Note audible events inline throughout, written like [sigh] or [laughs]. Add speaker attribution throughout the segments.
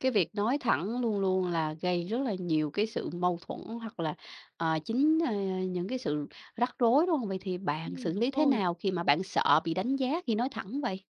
Speaker 1: Cái việc nói thẳng luôn luôn là gây rất là nhiều cái sự mâu thuẫn hoặc là, chính, những cái sự rắc rối, đúng không? Vậy thì bạn xử
Speaker 2: Đúng
Speaker 1: lý thế
Speaker 2: rồi.
Speaker 1: nào khi mà bạn sợ bị đánh giá khi nói thẳng vậy?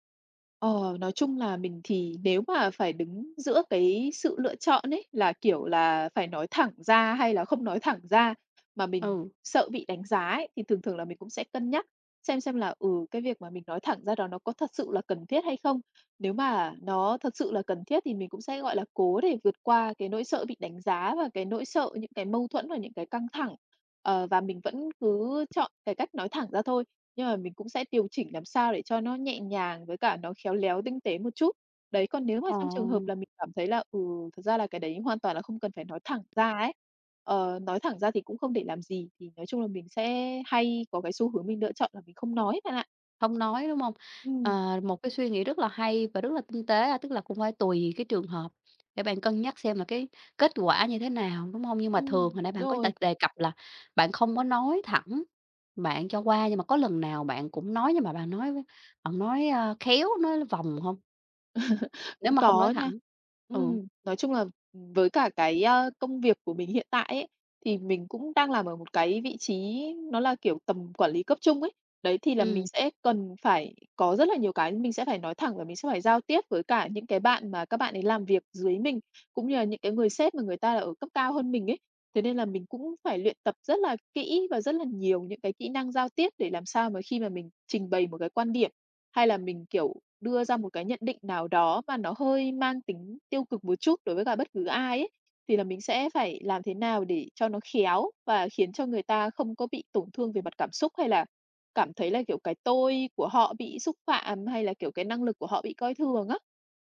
Speaker 2: Ờ, nói chung là mình thì nếu mà phải đứng giữa cái sự lựa chọn ấy, là, kiểu là, phải nói thẳng ra hay là không nói thẳng ra mà mình
Speaker 1: Ừ.
Speaker 2: sợ bị đánh giá ấy, thì thường thường là mình cũng sẽ cân nhắc xem là, cái việc mà mình nói thẳng ra đó nó có thật sự là cần thiết hay không. Nếu mà nó thật sự là cần thiết thì mình cũng sẽ, gọi là, cố để vượt qua cái nỗi sợ bị đánh giá và cái nỗi sợ những cái mâu thuẫn và những cái căng thẳng. Và mình vẫn cứ chọn cái cách nói thẳng ra thôi, nhưng mà mình cũng sẽ điều chỉnh làm sao để cho nó nhẹ nhàng với cả nó khéo léo, tinh tế một chút. Đấy, còn nếu mà
Speaker 1: Ờ.
Speaker 2: trong trường hợp là mình cảm thấy là, thật ra là cái đấy hoàn toàn là không cần phải nói thẳng ra ấy, nói thẳng ra thì cũng không để làm gì, thì nói chung là mình sẽ hay có cái xu hướng mình lựa chọn là mình không nói bạn ạ.
Speaker 1: Không nói, đúng không?
Speaker 2: Ừm.
Speaker 1: Ờ, một cái suy nghĩ rất là hay và rất là tinh tế, à, tức là cũng phải tùy cái trường hợp để bạn cân nhắc xem là cái kết quả như thế nào, đúng không? Nhưng mà thường hồi nãy bạn có đề
Speaker 2: Rồi.
Speaker 1: đề cập là bạn không có nói thẳng, bạn cho qua, nhưng mà có lần nào bạn cũng nói nhưng mà bạn nói với bạn nói, khéo, nói vòng không? Nếu
Speaker 2: Cũng
Speaker 1: mà không nói
Speaker 2: có nha.
Speaker 1: thẳng. Ừ.
Speaker 2: Nói chung là với cả cái, công việc của mình hiện tại ấy, thì mình cũng đang làm ở một cái vị trí nó là, kiểu, tầm quản lý cấp trung ấy. Đấy, thì là mình
Speaker 1: Ừm.
Speaker 2: sẽ cần phải có rất là nhiều cái mình sẽ phải nói thẳng và mình sẽ phải giao tiếp với cả những cái bạn mà các bạn ấy làm việc dưới mình, cũng như là những cái người sếp mà người ta là ở cấp cao hơn mình ấy. Thế nên là mình cũng phải luyện tập rất là kỹ và rất là nhiều những cái kỹ năng giao tiếp để làm sao mà khi mà mình trình bày một cái quan điểm, hay là mình, kiểu, đưa ra một cái nhận định nào đó mà nó hơi mang tính tiêu cực một chút đối với cả bất cứ ai ấy, thì là mình sẽ phải làm thế nào để cho nó khéo và khiến cho người ta không có bị tổn thương về mặt cảm xúc, hay là cảm thấy là, kiểu, cái tôi của họ bị xúc phạm, hay là, kiểu, cái năng lực của họ bị coi thường á.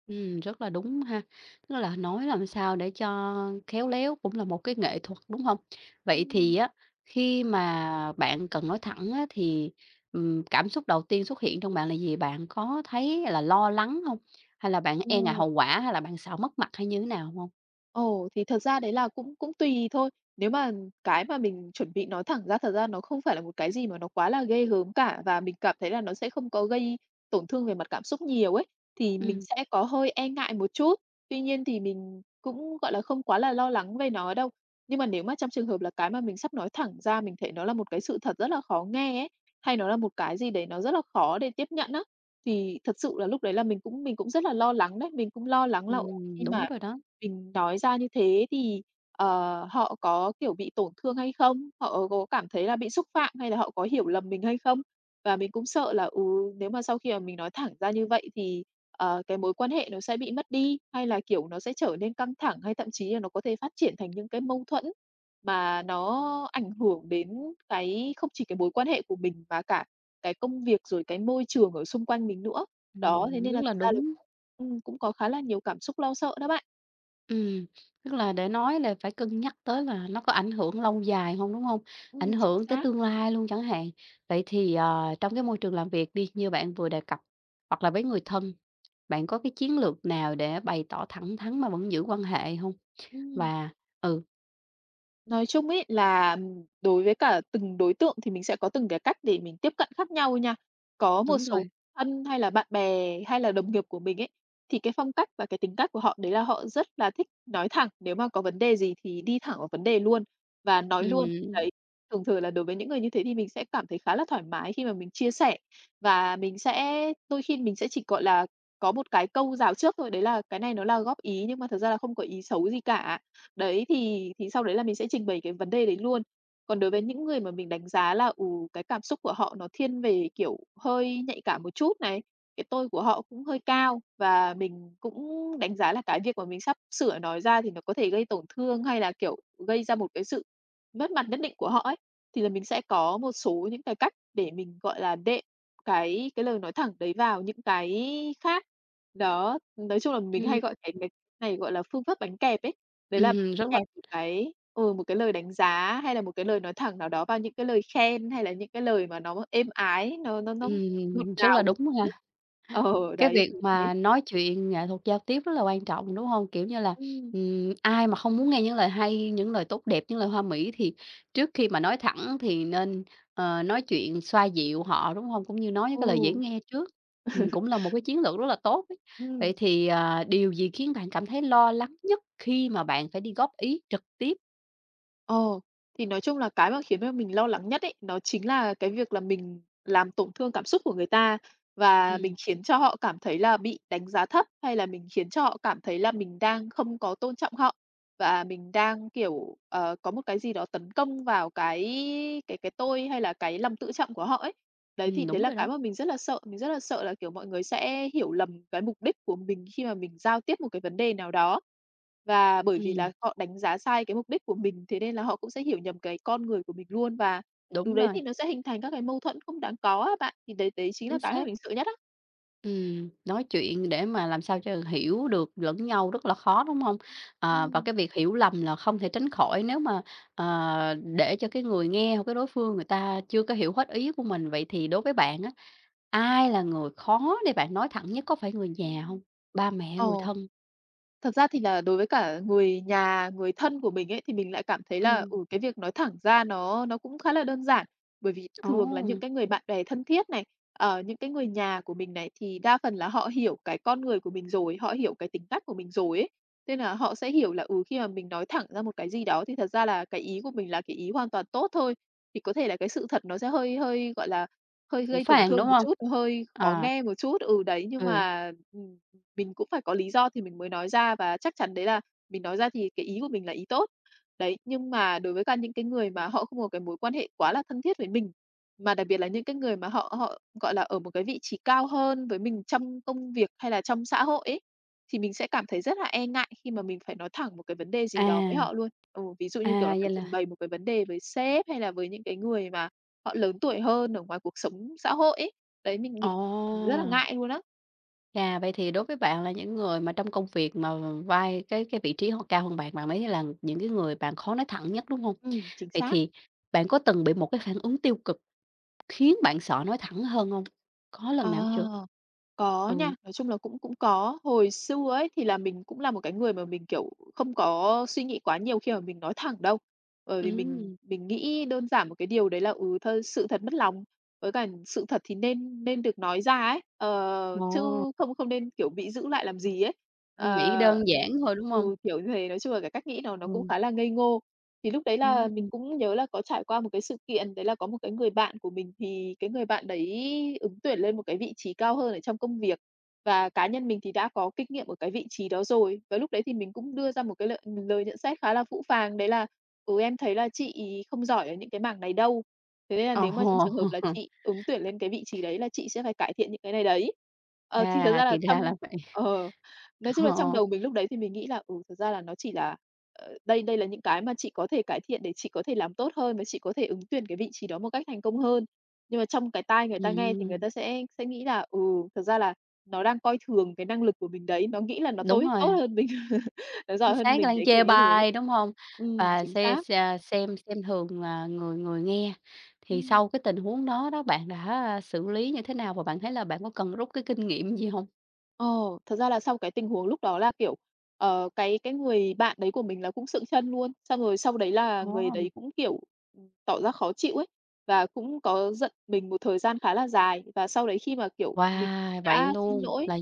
Speaker 1: Rất là đúng ha. Tức là nói làm sao để cho khéo léo cũng là một cái nghệ thuật, đúng không? Vậy
Speaker 2: Ừm.
Speaker 1: thì á, khi mà bạn cần nói thẳng á, thì, cảm xúc đầu tiên xuất hiện trong bạn là gì? Bạn có thấy là lo lắng không? Hay là bạn
Speaker 2: Ờ.
Speaker 1: e ngại hậu quả, hay là bạn sợ mất mặt hay như thế nào không?
Speaker 2: Ồ, thì thật ra đấy là cũng cũng tùy thôi. Nếu mà cái mà mình chuẩn bị nói thẳng ra thật ra nó không phải là một cái gì mà nó quá là ghê gớm cả và mình cảm thấy là nó sẽ không có gây tổn thương về mặt cảm xúc nhiều ấy, thì mình
Speaker 1: Ừm,
Speaker 2: sẽ có hơi e ngại một chút. Tuy nhiên thì mình cũng, gọi là, không quá là lo lắng về nó đâu. Nhưng mà nếu mà trong trường hợp là cái mà mình sắp nói thẳng ra mình thấy nó là một cái sự thật rất là khó nghe ấy, hay nó là một cái gì đấy nó rất là khó để tiếp nhận á, thì thật sự là lúc đấy là mình cũng rất là lo lắng đấy. Mình cũng lo lắng là, khi mà
Speaker 1: đúng rồi đó.
Speaker 2: mình nói ra như thế thì, ờ, họ có, kiểu, bị tổn thương hay không? Họ có cảm thấy là bị xúc phạm hay là họ có hiểu lầm mình hay không? Và mình cũng sợ là, nếu mà sau khi mà mình nói thẳng ra như vậy thì, cái mối quan hệ nó sẽ bị mất đi, hay là, kiểu, nó sẽ trở nên căng thẳng, hay thậm chí là nó có thể phát triển thành những cái mâu thuẫn mà nó ảnh hưởng đến cái không chỉ cái mối quan hệ của mình mà cả cái công việc, rồi cái môi trường ở xung quanh mình nữa. Đó, thế nên
Speaker 1: Rất
Speaker 2: là
Speaker 1: là
Speaker 2: thật ra là
Speaker 1: đúng.
Speaker 2: cũng có khá là nhiều cảm xúc lo sợ đó bạn.
Speaker 1: Ừm, tức là để nói là phải cân nhắc tới là nó có ảnh hưởng lâu dài không, đúng không? Ảnh
Speaker 2: Chính
Speaker 1: hưởng tới
Speaker 2: xác.
Speaker 1: tương lai luôn chẳng hạn. Vậy thì, ờ, trong cái môi trường làm việc đi, như bạn vừa đề cập, hoặc là với người thân, bạn có cái chiến lược nào để bày tỏ thẳng thắn mà vẫn giữ quan hệ không?
Speaker 2: Ừm.
Speaker 1: Và ừ,
Speaker 2: Nói chung ấy là, đối với cả từng đối tượng thì mình sẽ có từng cái cách để mình tiếp cận khác nhau nha. Có một
Speaker 1: đúng
Speaker 2: số
Speaker 1: rồi,
Speaker 2: thân hay là bạn bè hay là đồng nghiệp của mình ấy, thì cái phong cách và cái tính cách của họ đấy là họ rất là thích nói thẳng, nếu mà có vấn đề gì thì đi thẳng vào vấn đề luôn và nói luôn.
Speaker 1: ừm,
Speaker 2: Đấy, thường thường là đối với những người như thế thì mình sẽ cảm thấy khá là thoải mái khi mà mình chia sẻ và mình sẽ đôi khi mình sẽ chỉ, gọi là, có một cái câu rào trước thôi, đấy là cái này nó là góp ý nhưng mà thật ra là không có ý xấu gì cả. Đấy, thì sau đấy là mình sẽ trình bày cái vấn đề đấy luôn. Còn đối với những người mà mình đánh giá là, cái cảm xúc của họ nó thiên về, kiểu, hơi nhạy cảm một chút này, cái tôi của họ cũng hơi cao và mình cũng đánh giá là cái việc mà mình sắp sửa nói ra thì nó có thể gây tổn thương hay là, kiểu, gây ra một cái sự mất mặt nhất định của họ ấy, thì là mình sẽ có một số những cái cách để mình, gọi là, đệm cái lời nói thẳng đấy vào những cái khác. Đó, nói chung là mình
Speaker 1: ừm,
Speaker 2: hay gọi cái này, gọi là, phương pháp bánh kẹp ấy. Đấy là
Speaker 1: ừm,
Speaker 2: sẽ
Speaker 1: rất là
Speaker 2: kèm một cái một cái lời đánh giá hay là một cái lời nói thẳng nào đó vào những cái lời khen, hay là những cái lời mà nó êm ái, nó ngọt
Speaker 1: rất là
Speaker 2: ngào một
Speaker 1: đúng
Speaker 2: tí.
Speaker 1: ha.
Speaker 2: Ờ,
Speaker 1: Cái
Speaker 2: đấy,
Speaker 1: việc
Speaker 2: kiểu như thế.
Speaker 1: mà nói chuyện, nghệ thuật giao tiếp rất là quan trọng, đúng hông? Kiểu như là,
Speaker 2: Ừm,
Speaker 1: ai mà không muốn nghe những lời hay, những lời tốt đẹp, những lời hoa mỹ thì trước khi mà nói thẳng thì nên, nói chuyện xoa dịu họ, đúng hông? Cũng như nói những cái lời dễ
Speaker 2: ừ.
Speaker 1: nghe trước, cũng là
Speaker 2: [laughs]
Speaker 1: một cái chiến lược rất là tốt ấy.
Speaker 2: Ừm.
Speaker 1: Vậy thì, à, điều gì khiến bạn cảm thấy lo lắng nhất khi mà bạn phải đi góp ý trực tiếp?
Speaker 2: Ồ, thì nói chung là cái mà khiến cho mình lo lắng nhất ấy, nó chính là cái việc là mình làm tổn thương cảm xúc của người ta và
Speaker 1: Ừm,
Speaker 2: mình khiến cho họ cảm thấy là bị đánh giá thấp, hay là mình khiến cho họ cảm thấy là mình đang không có tôn trọng họ và mình đang, kiểu, có một cái gì đó tấn công vào cái tôi hay là cái lòng tự trọng của họ ấy. Đấy, thì đấy
Speaker 1: đúng
Speaker 2: là
Speaker 1: rồi đó.
Speaker 2: cái mà mình rất là sợ, mình rất là sợ là, kiểu, mọi người sẽ hiểu lầm cái mục đích của mình khi mà mình giao tiếp một cái vấn đề nào đó. Và bởi vì
Speaker 1: Ừm,
Speaker 2: là họ đánh giá sai cái mục đích của mình, thế nên là họ cũng sẽ hiểu nhầm cái con người của mình luôn, và từ
Speaker 1: đúng
Speaker 2: đấy thì
Speaker 1: rồi,
Speaker 2: nó sẽ hình thành các cái mâu thuẫn không đáng có á bạn. Thì đấy đấy chính là
Speaker 1: chính
Speaker 2: cái mà
Speaker 1: xác.
Speaker 2: mình sợ nhất á.
Speaker 1: Nói chuyện để mà làm sao cho hiểu được lẫn nhau rất là khó, đúng không? À, và
Speaker 2: Ừ.
Speaker 1: cái việc hiểu lầm là không thể tránh khỏi nếu mà, để cho cái người nghe hoặc cái đối phương người ta chưa có hiểu hết ý của mình. Vậy thì đối với bạn á, ai là người khó để bạn nói thẳng nhất? Có phải người nhà
Speaker 2: Ừm.
Speaker 1: không? Ba mẹ,
Speaker 2: Ờ.
Speaker 1: người thân?
Speaker 2: Thật ra thì là đối với cả người nhà, người thân của mình ấy, thì mình lại cảm thấy là,
Speaker 1: Ừm,
Speaker 2: cái việc nói thẳng ra nó cũng khá là đơn giản. Bởi vì thường là những
Speaker 1: ồ,
Speaker 2: cái người bạn bè thân thiết này, những cái người nhà của mình này, thì đa phần là họ hiểu cái con người của mình rồi, họ hiểu cái tính cách của mình rồi ấy. Nên là họ sẽ hiểu là, khi mà mình nói thẳng ra một cái gì đó thì thật ra là cái ý của mình là cái ý hoàn toàn tốt thôi. Thì có thể là cái sự thật nó sẽ hơi hơi, gọi là, hơi
Speaker 1: cũng
Speaker 2: gây tổn
Speaker 1: phàn, đúng
Speaker 2: thương một
Speaker 1: không?
Speaker 2: chút, hơi khó
Speaker 1: À,
Speaker 2: nghe một chút, ừ, đấy, nhưng
Speaker 1: ừ,
Speaker 2: mà, mình cũng phải có lý do thì mình mới nói ra và chắc chắn đấy là mình nói ra thì cái ý của mình là ý tốt. Đấy, nhưng mà đối với cả những cái người mà họ không có cái mối quan hệ quá là thân thiết với mình, mà đặc biệt là những cái người mà họ họ, gọi là, ở một cái vị trí cao hơn với mình trong công việc hay là trong xã hội ấy, thì mình sẽ cảm thấy rất là e ngại khi mà mình phải nói thẳng một cái vấn đề gì đó với
Speaker 1: à,
Speaker 2: họ luôn. Ừ, ví dụ
Speaker 1: à,
Speaker 2: như, kiểu là,
Speaker 1: vậy
Speaker 2: phải
Speaker 1: là
Speaker 2: trình bày một cái vấn đề với sếp hay là với những cái người mà họ lớn tuổi hơn ở ngoài cuộc sống xã hội ấy. Đấy, mình
Speaker 1: ồ!
Speaker 2: mình mình rất là ngại luôn á.
Speaker 1: Chà, vậy thì đối với bạn là những người mà trong công việc mà vai cái vị trí họ cao hơn bạn, bạn mới là những cái người bạn khó nói thẳng nhất, đúng không?
Speaker 2: Chính
Speaker 1: Vậy
Speaker 2: xác.
Speaker 1: thì bạn có từng bị một cái phản ứng tiêu cực khiến bạn sợ nói thẳng hơn không? Có lần nào chưa?
Speaker 2: Ờ, có
Speaker 1: Ừ,
Speaker 2: nha, nói chung là cũng cũng có. Hồi xưa ấy thì là mình cũng là một cái người mà mình, kiểu, không có suy nghĩ quá nhiều khi mà mình nói thẳng đâu, bởi vì mình
Speaker 1: ừ
Speaker 2: mình nghĩ đơn giản một cái điều đấy là, thôi sự thật mất lòng, với cả sự thật thì nên nên được nói ra ấy, chứ
Speaker 1: ồ,
Speaker 2: không không nên, kiểu, bị giữ lại làm gì ấy.
Speaker 1: em nghĩ
Speaker 2: Ờ,
Speaker 1: đơn giản thôi, đúng không?
Speaker 2: ừ, kiểu như thế, nói chung là cái cách nghĩ nó cũng
Speaker 1: Ừ,
Speaker 2: khá là ngây ngô. Thì lúc đấy là mình
Speaker 1: ừm,
Speaker 2: cũng nhớ là có trải qua một cái sự kiện, đấy là có một cái người bạn của mình thì cái người bạn đấy ứng tuyển lên một cái vị trí cao hơn ở trong công việc, và cá nhân mình thì đã có kinh nghiệm ở cái vị trí đó rồi. Và lúc đấy thì mình cũng đưa ra một cái lời nhận xét khá là phũ phàng, đấy là: "Ừ, em thấy là chị ấy không giỏi ở những cái mảng này đâu, thế nên là
Speaker 1: ồ.
Speaker 2: nếu mà trong trường hợp là
Speaker 1: [laughs]
Speaker 2: chị ứng tuyển lên cái vị trí đấy là chị sẽ phải cải thiện những cái này đấy." Thì thật
Speaker 1: Chà,
Speaker 2: ra là
Speaker 1: thì ra
Speaker 2: trong
Speaker 1: là vậy.
Speaker 2: ờ. Nói chung
Speaker 1: [laughs]
Speaker 2: là trong
Speaker 1: Ờ,
Speaker 2: đầu mình lúc đấy thì mình nghĩ là, thật ra là nó chỉ là, đây đây là những cái mà chị có thể cải thiện để chị có thể làm tốt hơn và chị có thể ứng tuyển cái vị trí đó một cách thành công hơn. Nhưng mà trong cái tai người ta nghe thì người
Speaker 1: ừm,
Speaker 2: ta sẽ nghĩ là, thật ra là nó đang coi thường cái năng lực của mình đấy, nó nghĩ là nó
Speaker 1: đúng rồi.
Speaker 2: tốt hơn mình, [laughs] nó
Speaker 1: Chính
Speaker 2: giỏi hơn
Speaker 1: xác,
Speaker 2: mình
Speaker 1: đang
Speaker 2: đấy, kiểu
Speaker 1: chê
Speaker 2: như thế.
Speaker 1: bai, đúng hông?
Speaker 2: Ừ,
Speaker 1: Và
Speaker 2: chính
Speaker 1: xe
Speaker 2: xác.
Speaker 1: xe xem thường là người người nghe. Thì
Speaker 2: Ừm.
Speaker 1: sau cái tình huống đó đó, bạn đã à, xử lý như thế nào và bạn thấy là bạn có cần rút cái kinh nghiệm gì hông?
Speaker 2: Ờ, Thật ra là sau cái tình huống lúc đó là, kiểu, cái người bạn đấy của mình là cũng sượng chân luôn, xong rồi sau đấy là người đấy
Speaker 1: Ồ.
Speaker 2: cũng, kiểu, tỏ ra khó chịu ấy, và cũng có giận mình một thời gian khá là dài. Và sau đấy khi mà, kiểu, mình
Speaker 1: Wow, vậy
Speaker 2: đã xin
Speaker 1: luôn,
Speaker 2: lỗi
Speaker 1: là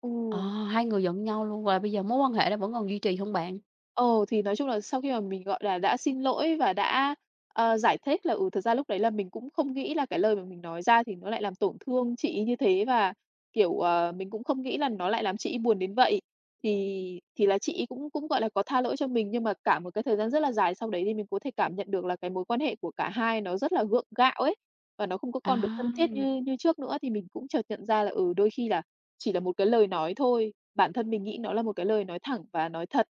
Speaker 2: ừ.
Speaker 1: hai người giận nhau luôn và bây giờ mối quan hệ đó vẫn còn duy trì hông bạn?
Speaker 2: Ồ, thì nói chung là sau khi mà mình, gọi là, đã xin lỗi và đã, giải thích là, thật ra lúc đấy là mình cũng không nghĩ là cái lời mà mình nói ra thì nó lại làm tổn thương chị như thế và, kiểu, mình cũng không nghĩ là nó lại làm chị ấy buồn đến vậy. Thì là chị ấy cũng cũng, gọi là, có tha lỗi cho mình, nhưng mà cả một cái thời gian rất là dài sau đấy thì mình có thể cảm nhận được là cái mối quan hệ của cả hai nó rất là gượng gạo ấy, và nó không có còn được
Speaker 1: À,
Speaker 2: thân thiết như như trước nữa. Thì mình cũng chợt nhận ra là, đôi khi là chỉ là một cái lời nói thôi bản thân mình nghĩ nó là một cái lời nói thẳng và nói thật,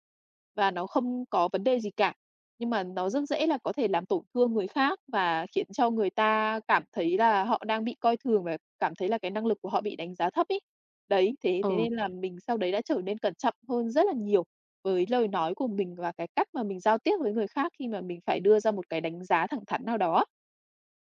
Speaker 2: và nó không có vấn đề gì cả. Nhưng mà nó rất dễ là có thể làm tổn thương người khác và khiến cho người ta cảm thấy là họ đang bị coi thường và cảm thấy là cái năng lực của họ bị đánh giá thấp ấy. Đấy, thế thế
Speaker 1: ừ.
Speaker 2: nên là mình sau đấy đã trở nên cẩn trọng hơn rất là nhiều với lời nói của mình và cái cách mà mình giao tiếp với người khác khi mà mình phải đưa ra một cái đánh giá thẳng thắn nào đó.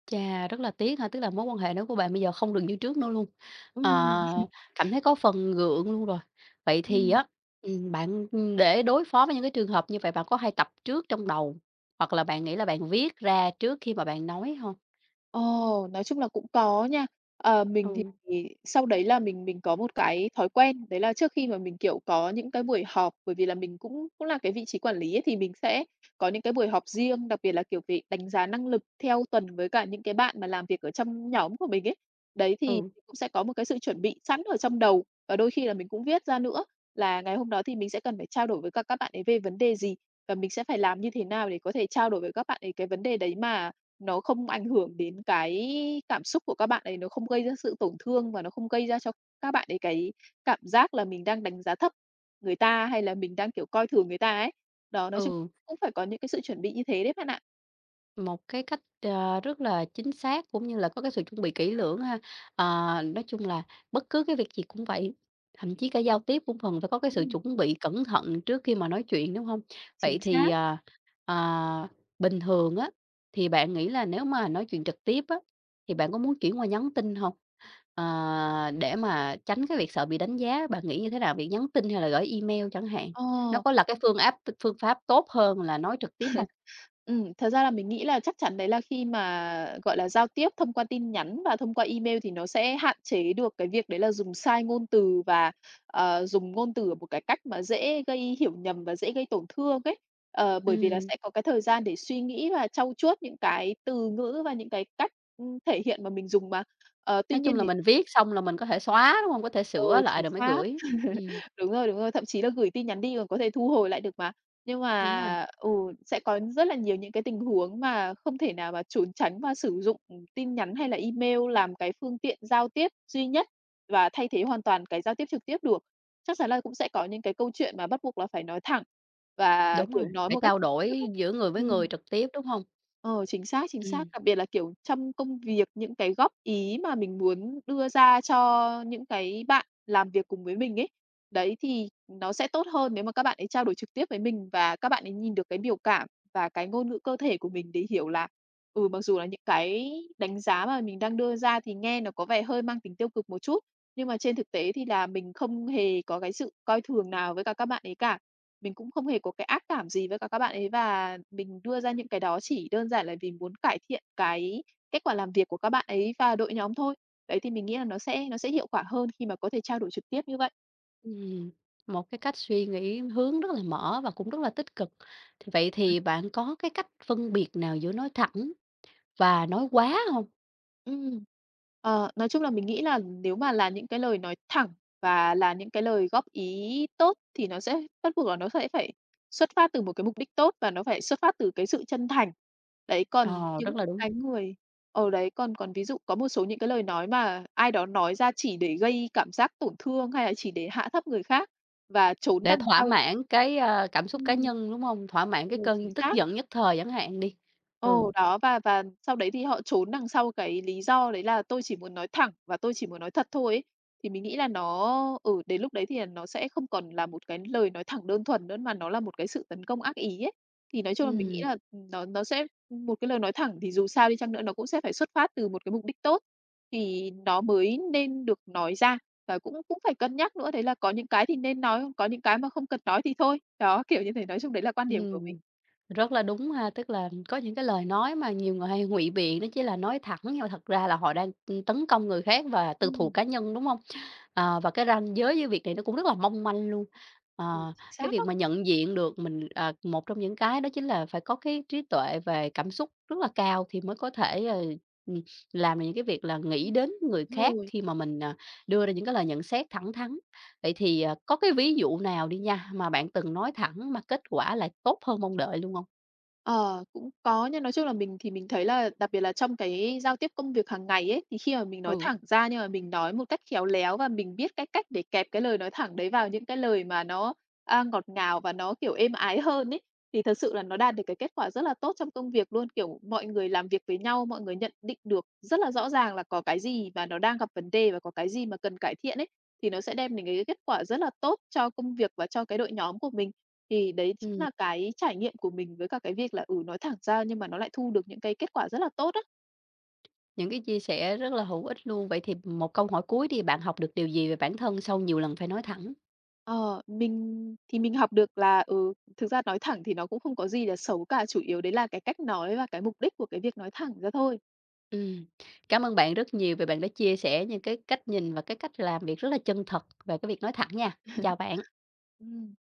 Speaker 1: Chà, rất là tiếc ha, tức là mối quan hệ đó của bạn bây giờ không được như trước nữa luôn.
Speaker 2: Ừm,
Speaker 1: Ờ, cảm thấy có phần gượng luôn rồi. Vậy thì
Speaker 2: ừm.
Speaker 1: á, bạn, để đối phó với những cái trường hợp như vậy bạn có hay tập trước trong đầu, hoặc là bạn nghĩ là bạn viết ra trước khi mà bạn nói không?
Speaker 2: Ồ, nói chung là cũng có nha. Mình thì
Speaker 1: Ừ,
Speaker 2: sau đấy là mình có một cái thói quen, đấy là trước khi mà mình, kiểu, có những cái buổi họp, bởi vì là mình cũng cũng là cái vị trí quản lý ấy, thì mình sẽ có những cái buổi họp riêng, đặc biệt là, kiểu, về đánh giá năng lực theo tuần với cả những cái bạn mà làm việc ở trong nhóm của mình ấy. Đấy, thì
Speaker 1: ừ,
Speaker 2: mình cũng sẽ có một cái sự chuẩn bị sẵn ở trong đầu, và đôi khi là mình cũng viết ra nữa là ngày hôm đó thì mình sẽ cần phải trao đổi với các bạn ấy về vấn đề gì, và mình sẽ phải làm như thế nào để có thể trao đổi với các bạn ấy cái vấn đề đấy mà nó không ảnh hưởng đến cái cảm xúc của các bạn ấy, nó không gây ra sự tổn thương và nó không gây ra cho các bạn ấy cái cảm giác là mình đang đánh giá thấp người ta, hay là mình đang, kiểu, coi thường người ta ấy. Đó, nói chung
Speaker 1: ừ.
Speaker 2: cũng phải có những cái sự chuẩn bị như thế đấy bạn ạ.
Speaker 1: Một cái cách, rất là chính xác cũng như là có cái sự chuẩn bị kỹ lưỡng ha. Ờ, nói chung là bất cứ cái việc gì cũng vậy, thậm chí cả giao tiếp cũng cần phải có cái sự
Speaker 2: Ừm.
Speaker 1: chuẩn bị cẩn thận trước khi mà nói chuyện, đúng không? Vậy
Speaker 2: Chính
Speaker 1: thì,
Speaker 2: xác.
Speaker 1: à, à, bình thường á, thì bạn nghĩ là nếu mà nói chuyện trực tiếp á, thì bạn có muốn chuyển qua nhắn tin không? Ờ, để mà tránh cái việc sợ bị đánh giá, bạn nghĩ như thế nào? Việc nhắn tin hay là gửi email chẳng hạn,
Speaker 2: Ờ.
Speaker 1: nó có là cái phương pháp tốt hơn là nói trực tiếp không?
Speaker 2: Thật ra là mình nghĩ là chắc chắn đấy là khi mà, gọi là, giao tiếp thông qua tin nhắn và thông qua email thì nó sẽ hạn chế được cái việc đấy là dùng sai ngôn từ và, dùng ngôn từ ở một cái cách mà dễ gây hiểu nhầm và dễ gây tổn thương ấy. Bởi vì là
Speaker 1: Ừm.
Speaker 2: sẽ có cái thời gian để suy nghĩ và trau chuốt những cái từ ngữ và những cái cách, thể hiện mà mình dùng mà. Tuy
Speaker 1: Nói chung
Speaker 2: nhiên
Speaker 1: là
Speaker 2: thì.
Speaker 1: mình viết xong là mình có thể xóa, đúng hông? Có thể sửa
Speaker 2: Ừ,
Speaker 1: lại
Speaker 2: chính
Speaker 1: rồi mới
Speaker 2: xác.
Speaker 1: gửi.
Speaker 2: [laughs]
Speaker 1: Ừm,
Speaker 2: Đúng rồi, thậm chí là gửi tin nhắn đi còn có thể thu hồi lại được mà. Nhưng
Speaker 1: đúng rồi,
Speaker 2: mà, sẽ có rất là nhiều những cái tình huống mà không thể nào mà trốn tránh và sử dụng tin nhắn hay là email làm cái phương tiện giao tiếp duy nhất và thay thế hoàn toàn cái giao tiếp trực tiếp được. Chắc chắn là cũng sẽ có những cái câu chuyện mà bắt buộc là phải nói thẳng và,
Speaker 1: đúng rồi,
Speaker 2: kiểu, nói
Speaker 1: phải
Speaker 2: một cách
Speaker 1: trao
Speaker 2: trực tiếp
Speaker 1: đổi
Speaker 2: ấy.
Speaker 1: giữa người với
Speaker 2: Ừm.
Speaker 1: người trực tiếp, đúng hông?
Speaker 2: Ờ, chính xác, chính
Speaker 1: Ừm,
Speaker 2: xác. Đặc biệt là, kiểu, trong công việc, những cái góp ý mà mình muốn đưa ra cho những cái bạn làm việc cùng với mình ấy, đấy, thì nó sẽ tốt hơn nếu mà các bạn ấy trao đổi trực tiếp với mình và các bạn ấy nhìn được cái biểu cảm và cái ngôn ngữ cơ thể của mình để hiểu là, mặc dù là những cái đánh giá mà mình đang đưa ra thì nghe nó có vẻ hơi mang tính tiêu cực một chút, nhưng mà trên thực tế thì là mình không hề có cái sự coi thường nào với cả các bạn ấy cả. Mình cũng không hề có cái ác cảm gì với cả các bạn ấy và mình đưa ra những cái đó chỉ đơn giản là vì muốn cải thiện cái kết quả làm việc của các bạn ấy và đội nhóm thôi. Đấy, thì mình nghĩ là nó sẽ hiệu quả hơn khi mà có thể trao đổi trực tiếp như vậy.
Speaker 1: ừm, một cái cách suy nghĩ hướng rất là mở và cũng rất là tích cực. Thì vậy thì bạn có cái cách phân biệt nào giữa nói thẳng và nói quá hông?
Speaker 2: Ừm. Nói chung là mình nghĩ là nếu mà là những cái lời nói thẳng và là những cái lời góp ý tốt thì nó sẽ bắt buộc là nó sẽ phải xuất phát từ một cái mục đích tốt và nó phải xuất phát từ cái sự chân thành. Đấy, còn
Speaker 1: Ờ,
Speaker 2: những
Speaker 1: rất là đúng,
Speaker 2: cái người. Đấy, còn còn ví dụ có một số những cái lời nói mà ai đó nói ra chỉ để gây cảm giác tổn thương hay là chỉ để hạ thấp người khác và trốn
Speaker 1: để
Speaker 2: đằng
Speaker 1: thỏa
Speaker 2: sau.
Speaker 1: mãn cái, cảm xúc cá
Speaker 2: Ừm,
Speaker 1: nhân, đúng hông? Thỏa mãn
Speaker 2: ừ,
Speaker 1: cái
Speaker 2: chính
Speaker 1: cơn tức
Speaker 2: xác.
Speaker 1: giận nhất thời chẳng hạn đi. Ừ,
Speaker 2: Ồ, đó, và sau đấy thì họ trốn đằng sau cái lý do đấy là "Tôi chỉ muốn nói thẳng và tôi chỉ muốn nói thật thôi" ấy. Thì mình nghĩ là nó, đến lúc đấy thì là nó sẽ không còn là một cái lời nói thẳng đơn thuần nữa, mà nó là một cái sự tấn công ác ý ấy. Thì nói chung là mình nghĩ
Speaker 1: ừm,
Speaker 2: là, nó sẽ, một cái lời nói thẳng thì dù sao đi chăng nữa nó cũng sẽ phải xuất phát từ một cái mục đích tốt, thì nó mới nên được nói ra, và cũng cũng phải cân nhắc nữa, đấy là có những cái thì nên nói, có những cái mà không cần nói thì thôi. Đó, kiểu như thế, nói chung đấy là quan điểm của mình.
Speaker 1: ừm. Rất là đúng ha, tức là có những cái lời nói mà nhiều người hay ngụy biện nó chỉ là nói thẳng nhưng mà thật ra là họ đang, ừ, tấn công người khác và tư thù
Speaker 2: Ừm,
Speaker 1: cá nhân, đúng không? Ờ, và cái ranh giới với việc này nó cũng rất là mong manh luôn.
Speaker 2: ừ,
Speaker 1: Ờ,
Speaker 2: chính xác
Speaker 1: cái việc
Speaker 2: đó.
Speaker 1: mà nhận diện được mình à, một trong những cái đó chính là phải có cái trí tuệ về cảm xúc rất là cao thì mới có thể, ừm, làm được những cái việc là nghĩ đến người khác
Speaker 2: Rồi,
Speaker 1: khi mà mình, à, đưa ra những cái lời nhận xét thẳng thắn. Vậy thì, à, có cái ví dụ nào đi nha, mà bạn từng nói thẳng mà kết quả lại tốt hơn mong đợi luôn không?
Speaker 2: ờ, cũng có, nhưng nói chung là mình thì mình thấy là đặc biệt là trong cái giao tiếp công việc hàng ngày ấy, thì khi mà mình nói
Speaker 1: Ừ,
Speaker 2: thẳng ra nhưng mà mình nói một cách khéo léo và mình biết cái cách để kẹp cái lời nói thẳng đấy vào những cái lời mà nó, ngọt ngào và nó, kiểu, êm ái hơn ấy, thì thật sự là nó đạt được cái kết quả rất là tốt trong công việc luôn. Kiểu, mọi người làm việc với nhau, mọi người nhận định được rất là rõ ràng là có cái gì mà nó đang gặp vấn đề và có cái gì mà cần cải thiện ấy, thì nó sẽ đem đến cái kết quả rất là tốt cho công việc và cho cái đội nhóm của mình. Thì đấy chính
Speaker 1: ừm,
Speaker 2: là cái trải nghiệm của mình với cả cái việc là, nói thẳng ra nhưng mà nó lại thu được những cái kết quả rất là tốt á.
Speaker 1: những cái chia sẻ rất là hữu ích luôn. Vậy thì một câu hỏi cuối đi, bạn học được điều gì về bản thân sau nhiều lần phải nói thẳng?
Speaker 2: Ờ, mình thì mình học được là, thực ra nói thẳng thì nó cũng không có gì là xấu cả, chủ yếu đấy là cái cách nói và cái mục đích của cái việc nói thẳng ra thôi.
Speaker 1: Ừm, cảm ơn bạn rất nhiều vì bạn đã chia sẻ những cái cách nhìn và cái cách làm việc rất là chân thật về cái việc nói thẳng nha. Chào
Speaker 2: [laughs]
Speaker 1: bạn.
Speaker 2: Ừm.